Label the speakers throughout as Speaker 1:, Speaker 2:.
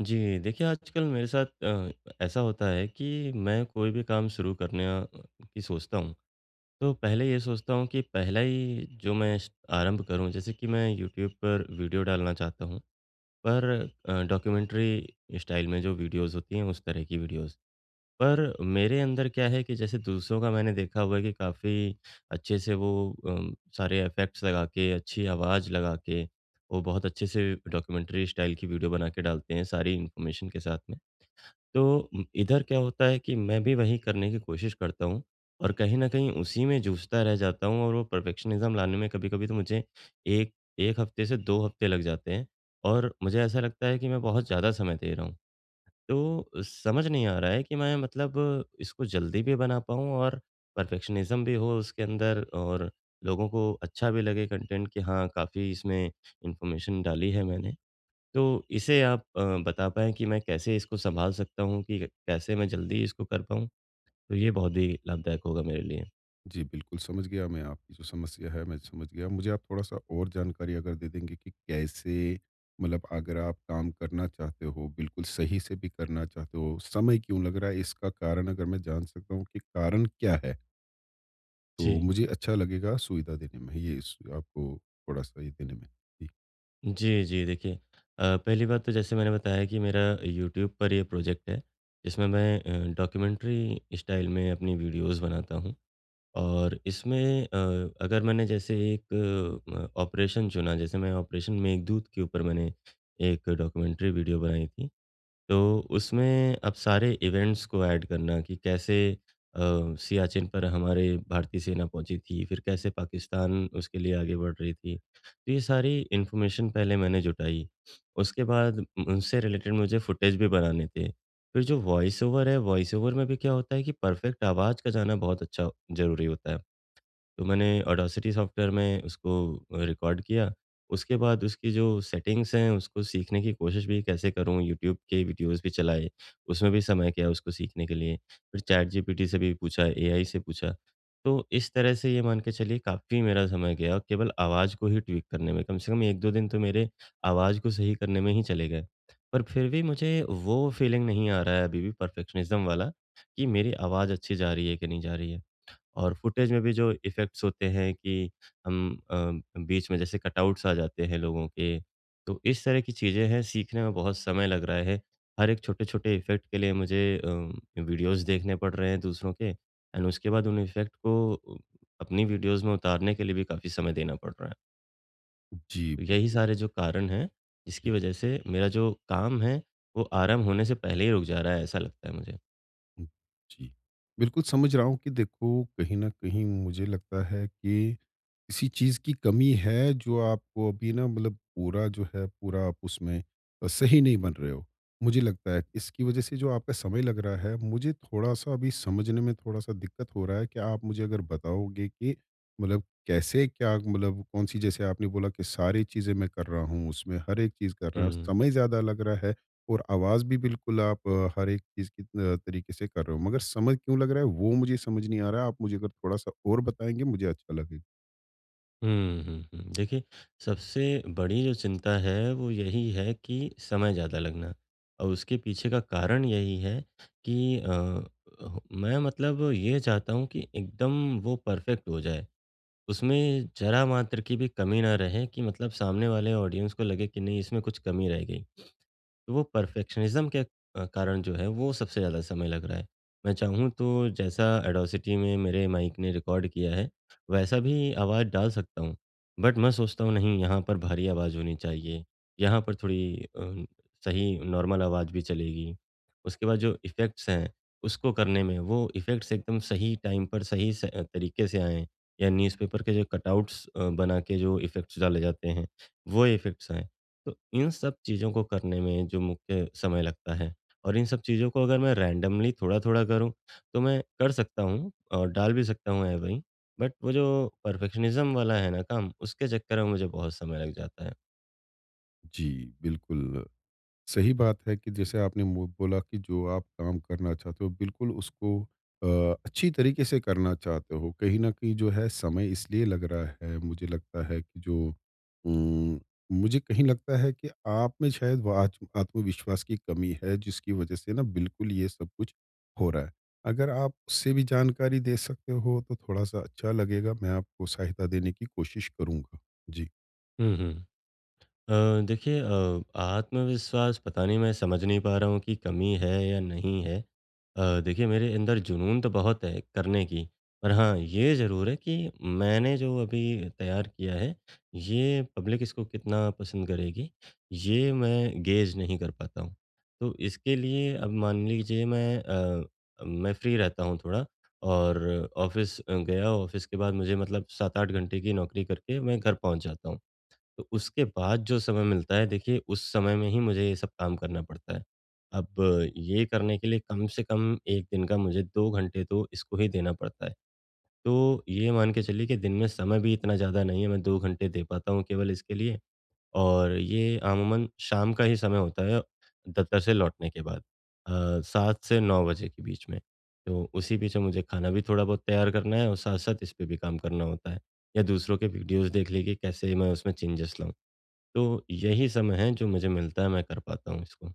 Speaker 1: जी, देखिए आजकल मेरे साथ ऐसा होता है कि मैं कोई भी काम शुरू करने की सोचता हूँ, तो पहले ये सोचता हूँ कि पहला ही जो मैं स आरंभ करूँ, जैसे कि मैं यूट्यूब पर वीडियो डालना चाहता हूँ, पर डॉक्यूमेंट्री स्टाइल में जो वीडियोज़ होती हैं, उस तरह की वीडियोज़। पर मेरे अंदर क्या है कि जैसे दूसरों का मैंने देखा हुआ है कि काफ़ी अच्छे से वो सारे इफ़ेक्ट्स लगा के, अच्छी आवाज़ लगा के, वो बहुत अच्छे से डॉक्यूमेंट्री स्टाइल की वीडियो बना के डालते हैं, सारी इन्फॉर्मेशन के साथ में। तो इधर क्या होता है कि मैं भी वही करने की कोशिश करता हूँ और कहीं न कहीं उसी में जूझता रह जाता हूँ और वो परफेक्शनिज़्म लाने में कभी-कभी तो मुझे 1 1 हफ़्ते से 2 हफ़्ते लग जाते हैं और मुझे ऐसा लगता है कि मैं बहुत ज़्यादा समय दे रहा हूँ। तो समझ नहीं आ रहा है कि मैं मतलब इसको जल्दी भी बना पाऊँ और परफेक्शनिज़्म भी हो उसके अंदर और लोगों को अच्छा भी लगे कंटेंट कि हाँ, काफ़ी इसमें इन्फॉर्मेशन डाली है मैंने। तो इसे आप बता पाएँ कि मैं कैसे इसको सँभाल सकता हूँ कि कैसे मैं जल्दी इसको कर पाऊँ? तो ये बहुत ही लाभदायक होगा मेरे लिए।
Speaker 2: जी, बिल्कुल समझ गया मैं आपकी जो समस्या है, मैं समझ गया। मुझे आप थोड़ा-सा और जानकारी अगर दे देंगे कि कैसे मतलब अगर आप काम करना चाहते हो, बिल्कुल सही से भी करना चाहते हो, समय क्यों लग रहा है इसका कारण अगर मैं जान सकता हूँ कि कारण क्या है? तो
Speaker 1: जी।
Speaker 2: मुझे अच्छा लगेगा सुविधा देने में, ये इस आपको थोड़ा-सा ये देने में। जी,
Speaker 1: जी, जी, देखिए पहली बात तो जैसे मैंने बताया कि मेरा यूट्यूब पर ये प्रोजेक्ट है, जिसमें मैं डॉक्यूमेंट्री स्टाइल में अपनी वीडियोज़ बनाता हूँ और इसमें अगर मैंने जैसे एक ऑपरेशन चुना, जैसे मैं ऑपरेशन मेघदूत के ऊपर मैंने एक डॉक्यूमेंट्री वीडियो बनाई थी। तो उसमें अब सारे इवेंट्स को ऐड करना कि कैसे अ, सियाचिन पर हमारे भारतीय सेना पहुंची थी, फिर कैसे पाकिस्तान उसके लिए आगे बढ़ रही थी। तो ये सारी इन्फॉर्मेशन पहले मैंने जुटाई। उसके बाद उनसे रिलेटेड मुझे फुटेज भी बनाने थे। फिर जो वॉइस ओवर है, वॉइस ओवर में भी क्या होता है कि परफेक्ट आवाज़ का जाना बहुत अच्छा ज़रूरी होता है। तो मैंने ऑडेसिटी सॉफ्टवेयर में उसको रिकॉर्ड किया। उसके बाद उसकी जो सेटिंग्स हैं, उसको सीखने की कोशिश भी कैसे करूँ, यूट्यूब के वीडियोज़ भी चलाए, उसमें भी समय गया उसको सीखने के लिए। फिर चैट जीपीटी से भी पूछा, एआई से पूछा। तो इस तरह से ये मान के चलिए काफ़ी मेरा समय गया केवल आवाज़ को ही ट्विक करने में, कम से कम 1-2 दिन तो मेरे आवाज़ को सही करने में ही चले गए। पर फिर भी मुझे वो फीलिंग नहीं आ रहा है अभी भी परफेक्शनिज़्म वाला कि मेरी आवाज़ अच्छी जा रही है कि नहीं जा रही है। और फुटेज में भी जो इफ़ेक्ट्स होते हैं कि हम अ, बीच में जैसे कटआउट्स आ जाते हैं लोगों के, तो इस तरह की चीज़ें हैं, सीखने में बहुत समय लग रहा है। हर एक छोटे-छोटे इफ़ेक्ट के लिए मुझे वीडियोज़ देखने पड़ रहे हैं दूसरों के एंड उसके बाद उन इफ़ेक्ट को अपनी वीडियोज़ में उतारने के लिए भी काफ़ी समय देना पड़ रहा है।
Speaker 2: जी,
Speaker 1: तो यही
Speaker 2: बिल्कुल,
Speaker 1: सारे जो कारण हैं,
Speaker 2: जी,
Speaker 1: जिसकी वजह से मेरा जो काम है, वो आराम होने से पहले ही रुक जा रहा है, ऐसा लगता है मुझे।
Speaker 2: हुँ, जी। बिल्कुल समझ रहा हूँ कि देखो, कहीं न कहीं मुझे लगता है कि किसी चीज़ की कमी है जो आपको अभी ना मतलब पूरा जो है पूरा आप उसमें सही नहीं बन रहे हो। मुझे लगता है इसकी वज़ह से जो आपका समय लग रहा है, मुझे थोड़ा-सा अभी समझने में थोड़ा-सा दिक्कत हो रहा है कि आप मुझे अगर बताओगे कि मतलब कैसे क्या मतलब कौन-सी जैसे आपने बोला कि सारी चीज़ें मैं कर रहा हूँ, उसमें हर एक चीज़ कर रहा हूँ,
Speaker 1: हुँ।
Speaker 2: समय ज़्यादा लग रहा है और आवाज़ भी बिल्कुल आप हर एक चीज़ की तरीके से कर रहे हो। मगर समझ क्यों लग रहा है वो मुझे समझ नहीं आ रहा है। आप मुझे अगर थोड़ा-सा और बताएँगे मुझे अच्छा लगेगा।
Speaker 1: हुँ, हुँ, हुँ। देखिए, सबसे बड़ी जो चिंता है, वो यही है कि समय ज़्यादा लगना और उसके पीछे का कारण यही है कि ह मैं मतलब ये चाहता हूँ कि एकदम वो परफ़ेक्ट हो जाए। उसमें ज़रा मात्र की भी कमी ना रहे कि मतलब सामने वाले ऑडियंस को लगे कि नहीं इसमें कुछ कमी रह गई। तो वो परफेक्शनिज़्म के कारण जो है वो सबसे ज़्यादा समय लग रहा है। मैं चाहूँ तो जैसा एडोसिटी में मेरे माइक ने रिकॉर्ड किया है, वैसा भी आवाज़ डाल सकता हूँ। बट मैं सोचता हूँ नहीं यहाँ पर भारी आवाज़ होनी चाहिए, यहाँ पर थोड़ी सही नॉर्मल आवाज़ भी चलेगी। उसके बाद जो इफ़ेक्ट्स हैं, उसको करने में वो इफ़ेक्ट्स एकदम सही टाइम पर सही स तरीके से आएँ या न्यूज़पेपर के जो कटआउट्स बना के जो इफ़ेक्ट्स डाले जाते हैं, वो इफ़ेक्ट्स आएँ। तो इन सब चीज़ों को करने में जो मुख्य समय लगता है और इन सब चीज़ों को अगर मैं रैंडमली थोड़ा-थोड़ा करूँ, तो मैं कर सकता हूँ और डाल भी सकता हूँ एवरी, बट वो जो परफेक्शनिज़्म वाला है ना काम, उसके चक्कर में मुझे बहुत समय लग जाता है।
Speaker 2: जी, बिल्कुल, सही बात है कि जैसे आपने मु बोला कि जो आप काम करना चाहते हो, बिल्कुल उसको अ, अच्छी तरीके से करना चाहते हो। कहीं न कहीं जो है समय इसलिए लग रहा है, मुझे लगता है कि जो उम, मुझे कहीं लगता है कि आप में शायद वो आत्मविश्वास की कमी है, जिसकी वजह से ना बिल्कुल ये सब कुछ हो रहा है। अगर आप उससे भी जानकारी दे सकते हो, तो थोड़ा-सा अच्छा लगेगा। मैं आपको सहायता देने की कोशिश करूँगा। जी।
Speaker 1: हुँ, हुँ। अ, देखिए आत्मविश्वास पता नहीं मैं समझ नहीं पा रहा हूँ कि कमी है या नहीं है। देखिए मेरे अंदर जुनून तो बहुत है करने की, पर हाँ, ये ज़रूर है कि मैंने जो अभी तैयार किया है, ये पब्लिक इसको कितना पसंद करेगी, ये मैं गेज नहीं कर पाता हूँ। तो इसके लिए अब मान लीजिए मैं फ्री रहता हूँ थोड़ा और ऑफ़िस गया, ऑफ़िस के बाद मुझे मतलब 7-8 घंटे की नौकरी करके मैं घर पहुँच जाता हूँ। तो उसके बाद जो समय मिलता है देखिए उस समय में ही मुझे ये सब काम करना पड़ता है। अब ये करने के लिए कम से कम 1 दिन का मुझे 2 घंटे तो इसको ही देना पड़ता है। तो ये मान के चलिए कि दिन में समय भी इतना ज़्यादा नहीं है मैं 2 घंटे दे पाता हूँ केवल इसके लिए और ये अमूमन शाम का ही समय होता है दफ्तर से लौटने के बाद 7 से 9 बजे के बीच में। तो उसी बीच में मुझे खाना भी थोड़ा बहुत तैयार करना है और साथ-साथ इस पे भी काम करना होता है या दूसरों के वीडियोज़ देख लीजिए कैसे मैं उसमें चेंजेस लाऊँ। तो यही समय है जो मुझे मिलता है, मैं कर पाता हूँ इसको।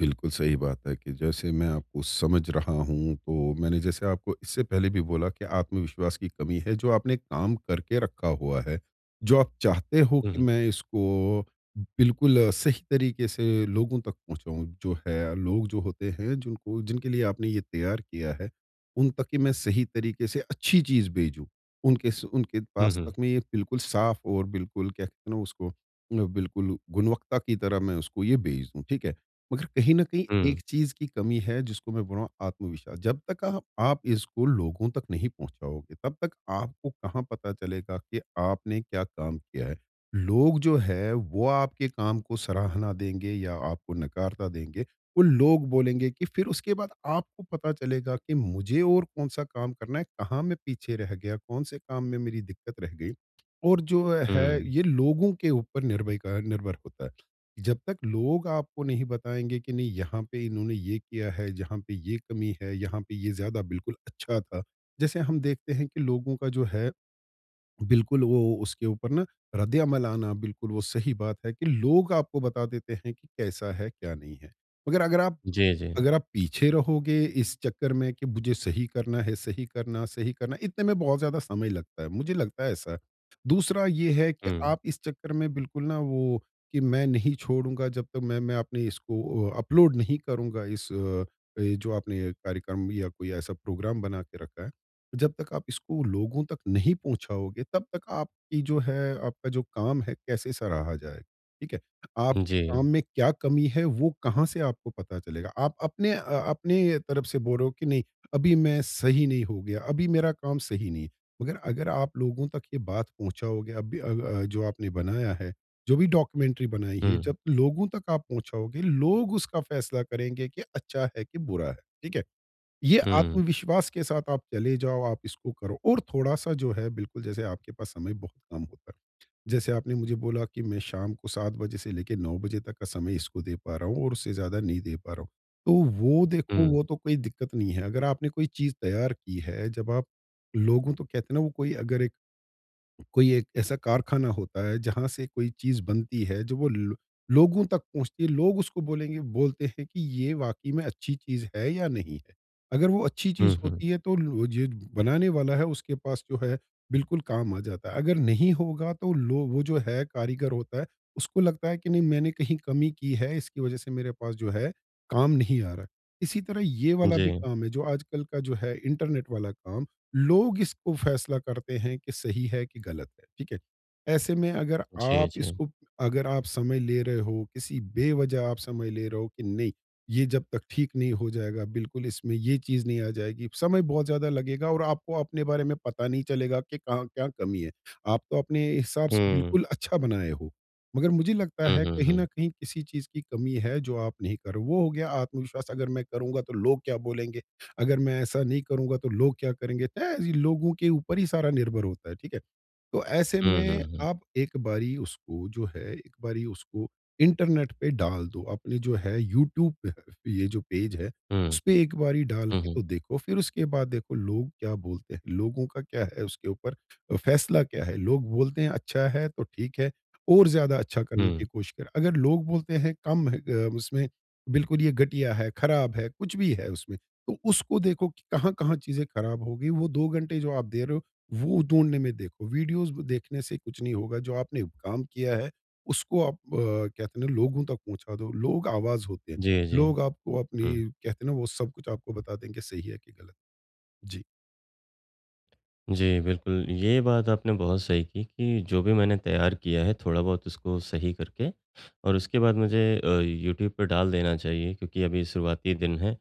Speaker 2: बिल्कुल सही बात है कि जैसे मैं आपको समझ रहा हूँ तो मैंने जैसे आपको इससे पहले भी बोला कि आत्मविश्वास की कमी है जो आपने काम करके रखा हुआ है जो आप चाहते हो
Speaker 1: हुँ,
Speaker 2: कि
Speaker 1: हुँ।
Speaker 2: मैं इसको बिल्कुल सही तरीके से लोगों तक पहुँचाऊँ जो है लोग जो होते हैं जिनको जिनके लिए आपने ये तैयार किया है उन तक कि मैं सही तरीके से अच्छी चीज़ भेजूँ उनके उनके
Speaker 1: हुँ,
Speaker 2: पास
Speaker 1: हुँ।
Speaker 2: तक मैं ये बिल्कुल साफ और बिल्कुल क्या कहते हैं ना उसको बिल्कुल गुणवत्ता की तरह मैं उसको ये भेज दूँ ठीक है मगर कहीं न कहीं एक
Speaker 1: हुँ,
Speaker 2: चीज़ की कमी है जिसको मैं बोल रहा हूँ आत्मविश्वास। जब तक आप इसको लोगों तक नहीं पहुँचाओगे, तब तक आपको कहाँ पता चलेगा कि आपने क्या काम किया है। लोग जो है वो आपके काम को सराहना देंगे या आपको नकारता देंगे। वो लोग बोलेंगे कि फिर उसके बाद आपको पता चलेगा कि मुझे और कौन-सा काम करना है, कहाँ मैं पीछे रह गया, कौन-से काम में मेरी दिक्कत रह गई। और जो है
Speaker 1: हुँ।
Speaker 2: ये लोगों के ऊपर निर्भय का निर्भर होता है। जब तक लोग आपको नहीं बताएँगे कि नहीं यहाँ पे इन्होंने ये किया है, जहाँ पे ये कमी है, यहाँ पे ये ज़्यादा बिल्कुल अच्छा था। जैसे हम देखते हैं कि लोगों का जो है बिल्कुल वो उसके ऊपर ना रद्द-ए-अमल आना बिल्कुल वो सही बात है कि लोग आपको बता देते हैं कि कैसा है, क्या नहीं है। मगर
Speaker 1: जी, जी।
Speaker 2: अगर आप पीछे रहोगे इस चक्कर में कि मुझे सही करना है, सही करना, इतने में बहुत ज़्यादा समय लगता है, मुझे लगता है ऐसा। दूसरा ये है कि
Speaker 1: हुँ।
Speaker 2: आप इस चक्कर में बिल्कुल ना वो कि मैं नहीं छोड़ूँगा जब तक मैं अपने इसको अपलोड नहीं करूँगा इस ये जो आपने कार्यक्रम या कोई ऐसा प्रोग्राम बना के रखा है। जब तक आप इसको लोगों तक नहीं पहुँचाओगे, तब तक आपकी जो है आपका जो काम है कैसे सराहा जाएगा? ठीक है? आपके
Speaker 1: जी।
Speaker 2: काम में क्या कमी है, वो कहाँ से आपको पता चलेगा? आप अपने अपने तरफ से बोल रहे हो कि नहीं, अभी मैं सही नहीं हो गया, अभी मेरा काम सही नहीं है। मगर अगर आप लोगों तक ये बात पहुँचाओगे अभी जो आपने बनाया है, जो भी डॉक्यूमेंट्री बनाई है,
Speaker 1: हुँ,
Speaker 2: जब लोगों तक आप पहुँचाओगे, लोग उसका फ़ैसला करेंगे कि अच्छा है कि बुरा है, ठीक है? ये
Speaker 1: हुँ,
Speaker 2: आत्मविश्वास के साथ आप चले जाओ, आप इसको करो और थोड़ा-सा जो है बिल्कुल जैसे आपके पास समय बहुत कम होता है। जैसे आपने मुझे बोला कि मैं शाम को 7 बजे से लेके 9 बजे तक का समय इसको दे पा रहा हूँ और उससे ज़्यादा नहीं दे पा रहा हूँ। तो वो देखो
Speaker 1: हुँ।
Speaker 2: वो तो कोई दिक्कत नहीं है, अगर आपने कोई चीज़ तैयार की है, जब आप लोगों तो कहते हैं ना वो कोई अगर एक कोई एक ऐसा कारखाना होता है जहाँ से कोई चीज़ बनती है जो वो लोगों तक पहुँचती है लोग उसको बोलेंगे बोलते हैं कि ये वाकई में अच्छी चीज़ है या नहीं है अगर वो अच्छी चीज़
Speaker 1: हुँ, हुँ।
Speaker 2: होती है तो जो बनाने वाला है उसके पास जो है बिल्कुल काम आ जाता है अगर नहीं होगा तो लो वो जो है कारीगर होता है उसको लगता है कि नहीं मैंने कहीं कमी की है इसकी वजह से मेरे पास जो है काम नहीं आ रहा इसी तरह ये वाला भी
Speaker 1: जी,
Speaker 2: काम है जो आजकल का जो है इंटरनेट वाला काम लोग इसको फैसला करते हैं कि सही है कि गलत है, ठीक है? ऐसे में
Speaker 1: जी, जी।
Speaker 2: अगर आप समय ले रहे हो, किसी बेवजह आप समय ले रहे हो कि नहीं, ये जब तक ठीक नहीं हो जाएगा, बिल्कुल इसमें ये चीज़ नहीं आ जाएगी, समय बहुत ज़्यादा लगेगा और आपको अपने बारे में पता नहीं चलेगा कि कहाँ क्या कमी है। आप तो अपने हिसाब से
Speaker 1: हुँ।
Speaker 2: बिल्कुल अच्छा बनाए हो, मगर मुझे लगता
Speaker 1: हुँ,
Speaker 2: है
Speaker 1: हुँ,
Speaker 2: कहीं न
Speaker 1: हुँ।
Speaker 2: कहीं किसी चीज़ की कमी है जो आप नहीं कर रहे हो। वो हो गया आत्मविश्वास, अगर मैं करूँगा तो लोग क्या बोलेंगे? अगर मैं ऐसा नहीं करूँगा तो लोग क्या करेंगे? तो ऐसे लोगों के ऊपर ही सारा निर्भर होता है, ठीक है? तो ऐसे
Speaker 1: हुँ, हुँ,
Speaker 2: में
Speaker 1: हुँ।
Speaker 2: आप एक बारी उसको इंटरनेट पे डाल दो। अपने जो है यूट्यूब पे है ये जो पेज है,
Speaker 1: हुँ,
Speaker 2: उसपे एक बारी डाल
Speaker 1: हुँ,
Speaker 2: के
Speaker 1: हुँ।
Speaker 2: तो देखो। फिर उसके बाद देखो लोग क्या बोलते हैं, लोगों का क्या है उसके ऊपर फैसला क्या है? लोग बोलते हैं अच्छा है तो ठीक है, और ज़्यादा अच्छा करने की
Speaker 1: हुँ।
Speaker 2: कोशिश करें। अगर लोग बोलते हैं कम है उसमें बिल्कुल ये घटिया है, खराब है, कुछ भी है उसमें, तो उसको देखो कि कहाँ-कहाँ चीज़ें खराब हो गई। वो 2 घंटे जो आप दे रहे हो वो ढूँढने में देखो, वीडियोज़ देखने से कुछ नहीं होगा, जो आपने काम किया है, उसको आप कहते हैं ना लोगों तक पहुँचा दो, लोग आवाज़ होते हैं,
Speaker 1: जी, जी।
Speaker 2: लोग आपको अपनी
Speaker 1: हुँ।
Speaker 2: कहते हैं ना वो सब कुछ आपको बता देंगे सही है कि गलत। जी,
Speaker 1: जी, बिल्कुल, ये बात आपने बहुत सही की कि जो भी मैंने तैयार किया है थोड़ा बहुत उसको सही करके और उसके बाद मुझे यूट्यूब पर डाल देना चाहिए क्योंकि अभी शुरुआती दिन है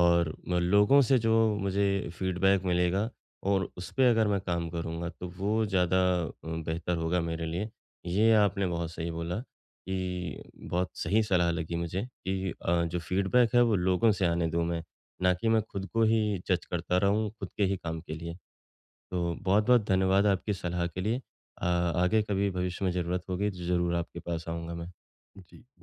Speaker 1: और म लोगों से जो मुझे फीडबैक मिलेगा और उस पे अगर मैं काम करूँगा तो वो ज़्यादा बेहतर होगा मेरे लिए। ये आपने बहुत सही बोला कि बहुत सही सलाह लगी मुझे कि जो फीडबैक है वो लोगों से आने दूँ मैं, ना कि मैं खुद को ही जज करता रहूँ खुद के ही काम के लिए। तो बहुत-बहुत धन्यवाद आपकी सलाह के लिए। आगे कभी भविष्य में ज़रूरत होगी तो ज़रूर आपके पास आऊँगा मैं।
Speaker 2: जी, धन्य